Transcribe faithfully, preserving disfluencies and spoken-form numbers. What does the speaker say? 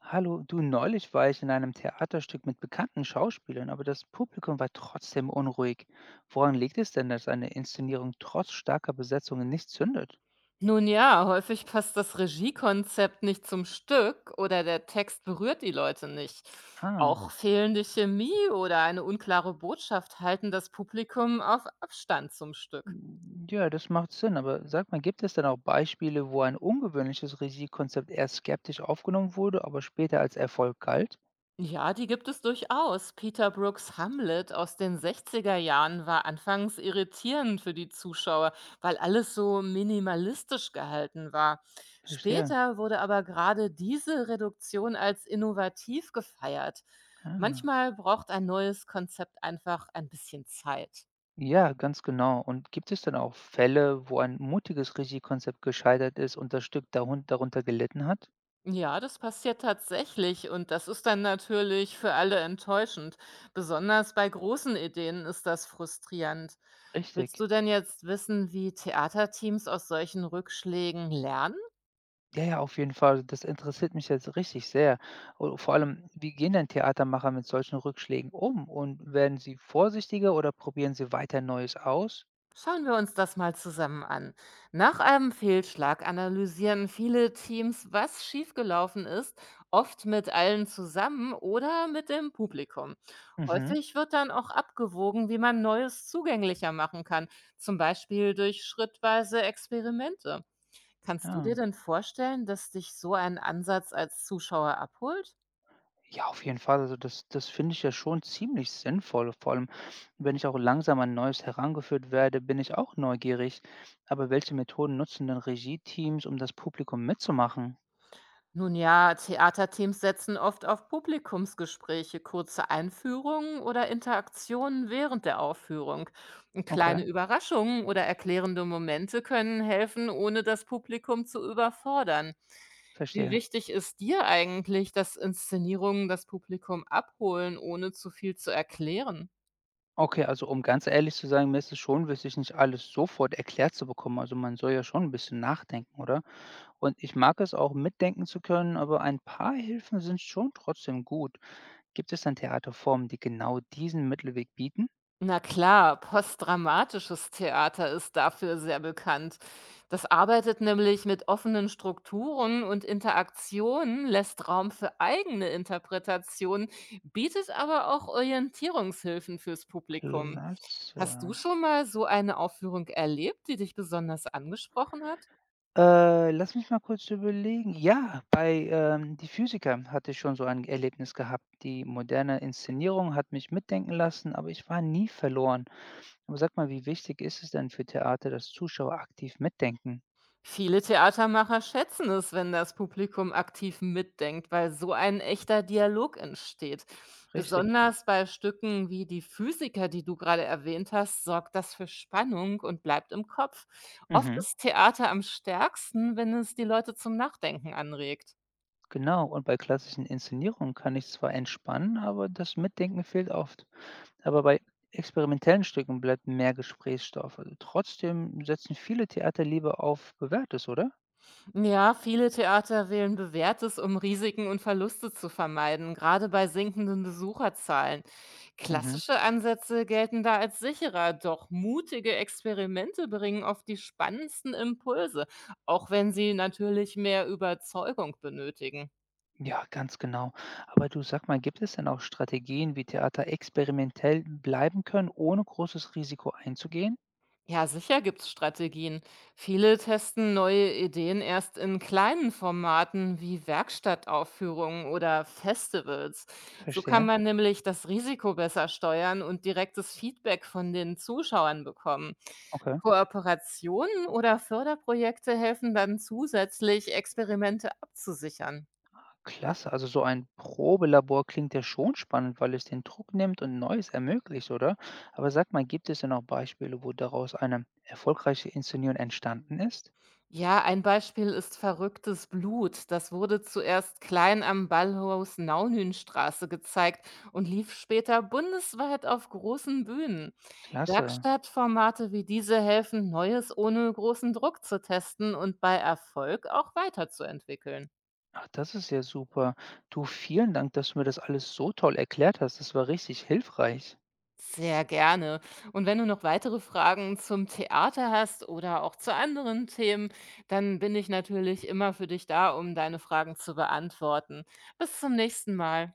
Hallo, du, neulich war ich in einem Theaterstück mit bekannten Schauspielern, aber das Publikum war trotzdem unruhig. Woran liegt es denn, dass eine Inszenierung trotz starker Besetzungen nicht zündet? Nun ja, häufig passt das Regiekonzept nicht zum Stück oder der Text berührt die Leute nicht. Ah, Auch fehlende Chemie oder eine unklare Botschaft halten das Publikum auf Abstand zum Stück. m, ja, das macht Sinn, aber sag mal, gibt es denn auch Beispiele, wo ein ungewöhnliches Regiekonzept erst skeptisch aufgenommen wurde, aber später als Erfolg galt? Ja, die gibt es durchaus. Peter Brooks Hamlet aus den sechziger Jahren war anfangs irritierend für die Zuschauer, weil alles so minimalistisch gehalten war. Verstehe. Später wurde aber gerade diese Reduktion als innovativ gefeiert. Ah. Manchmal braucht ein neues Konzept einfach ein bisschen Zeit. Ja, ganz genau. Und gibt es denn auch Fälle, wo ein mutiges Regiekonzept gescheitert ist und das Stück darun- darunter gelitten hat? Ja, das passiert tatsächlich und das ist dann natürlich für alle enttäuschend. Besonders bei großen Ideen ist das frustrierend. Willst Richtig. du denn jetzt wissen, wie Theaterteams aus solchen Rückschlägen lernen? Ja, ja, auf jeden Fall. Das interessiert mich jetzt richtig sehr. Und vor allem, wie gehen denn Theatermacher mit solchen Rückschlägen um? Und werden sie vorsichtiger oder probieren sie weiter Neues aus? Schauen wir uns das mal zusammen an. Nach einem Fehlschlag analysieren viele Teams, was schiefgelaufen ist, oft mit allen zusammen oder mit dem Publikum. Mhm, Häufig wird dann auch abgewogen, wie man Neues zugänglicher machen kann, zum Beispiel durch schrittweise Experimente. Kannst du dir ja. denn vorstellen, dass dich so ein Ansatz als Zuschauer abholt? Ja, auf jeden Fall. Also das, das finde ich ja schon ziemlich sinnvoll. Vor allem, wenn ich auch langsam an Neues herangeführt werde, bin ich auch neugierig. Aber welche Methoden nutzen denn Regie-Teams, um das Publikum mitzumachen? Nun ja, Theaterteams setzen oft auf Publikumsgespräche, kurze Einführungen oder Interaktionen während der Aufführung. Und Okay, kleine Überraschungen oder erklärende Momente können helfen, ohne das Publikum zu überfordern. Wie verstehe. wichtig ist dir eigentlich, dass Inszenierungen das Publikum abholen, ohne zu viel zu erklären? Okay, also um ganz ehrlich zu sein, mir ist es schon wichtig, nicht alles sofort erklärt zu bekommen. Also man soll ja schon ein bisschen nachdenken, oder? Und ich mag es auch, mitdenken zu können, aber ein paar Hilfen sind schon trotzdem gut. Gibt es denn Theaterformen, die genau diesen Mittelweg bieten? Na klar, postdramatisches Theater ist dafür sehr bekannt. Das arbeitet nämlich mit offenen Strukturen und Interaktionen, lässt Raum für eigene Interpretationen, bietet aber auch Orientierungshilfen fürs Publikum. Klasse. Hast du schon mal so eine Aufführung erlebt, die dich besonders angesprochen hat? Äh, lass mich mal kurz überlegen. Ja, bei, ähm, „Die Physiker“ hatte ich schon so ein Erlebnis gehabt. Die moderne Inszenierung hat mich mitdenken lassen, aber ich war nie verloren. Aber sag mal, wie wichtig ist es denn für Theater, dass Zuschauer aktiv mitdenken? Viele Theatermacher schätzen es, wenn das Publikum aktiv mitdenkt, weil so ein echter Dialog entsteht. Mhm. Richtig. Besonders bei Stücken wie Die Physiker, die du gerade erwähnt hast, sorgt das für Spannung und bleibt im Kopf. Oft Mhm, ist Theater am stärksten, wenn es die Leute zum Nachdenken anregt. genau. Und bei klassischen Inszenierungen kann ich zwar entspannen, aber das Mitdenken fehlt oft. Aber bei experimentellen Stücken bleibt mehr Gesprächsstoff. Also trotzdem setzen viele Theater lieber auf Bewährtes, oder? Ja, viele Theater wählen Bewährtes, um Risiken und Verluste zu vermeiden, gerade bei sinkenden Besucherzahlen. Mhm. Klassische Ansätze gelten da als sicherer, doch mutige Experimente bringen oft die spannendsten Impulse, auch wenn sie natürlich mehr Überzeugung benötigen. Ja, ganz genau. Aber du sag mal, gibt es denn auch Strategien, wie Theater experimentell bleiben können, ohne großes Risiko einzugehen? Ja, sicher gibt's Strategien. Viele testen neue Ideen erst in kleinen Formaten wie Werkstattaufführungen oder Festivals. So kann Verstehe. man nämlich das Risiko besser steuern und direktes Feedback von den Zuschauern bekommen. Okay. Kooperationen oder Förderprojekte helfen dann zusätzlich, Experimente abzusichern. Klasse. Also so ein Probelabor klingt ja schon spannend, weil es den Druck nimmt und Neues ermöglicht, oder? Aber sag mal, gibt es denn auch Beispiele, wo daraus eine erfolgreiche Inszenierung entstanden ist? Ja, ein Beispiel ist Verrücktes Blut. Das wurde zuerst klein am Ballhaus Naunühnstraße gezeigt und lief später bundesweit auf großen Bühnen. Klasse. Werkstattformate wie diese helfen, Neues ohne großen Druck zu testen und bei Erfolg auch weiterzuentwickeln. Ach, das ist ja super. Du, vielen Dank, dass du mir das alles so toll erklärt hast. Das war richtig hilfreich. Sehr gerne. Und wenn du noch weitere Fragen zum Theater hast oder auch zu anderen Themen, dann bin ich natürlich immer für dich da, um deine Fragen zu beantworten. Bis zum nächsten Mal.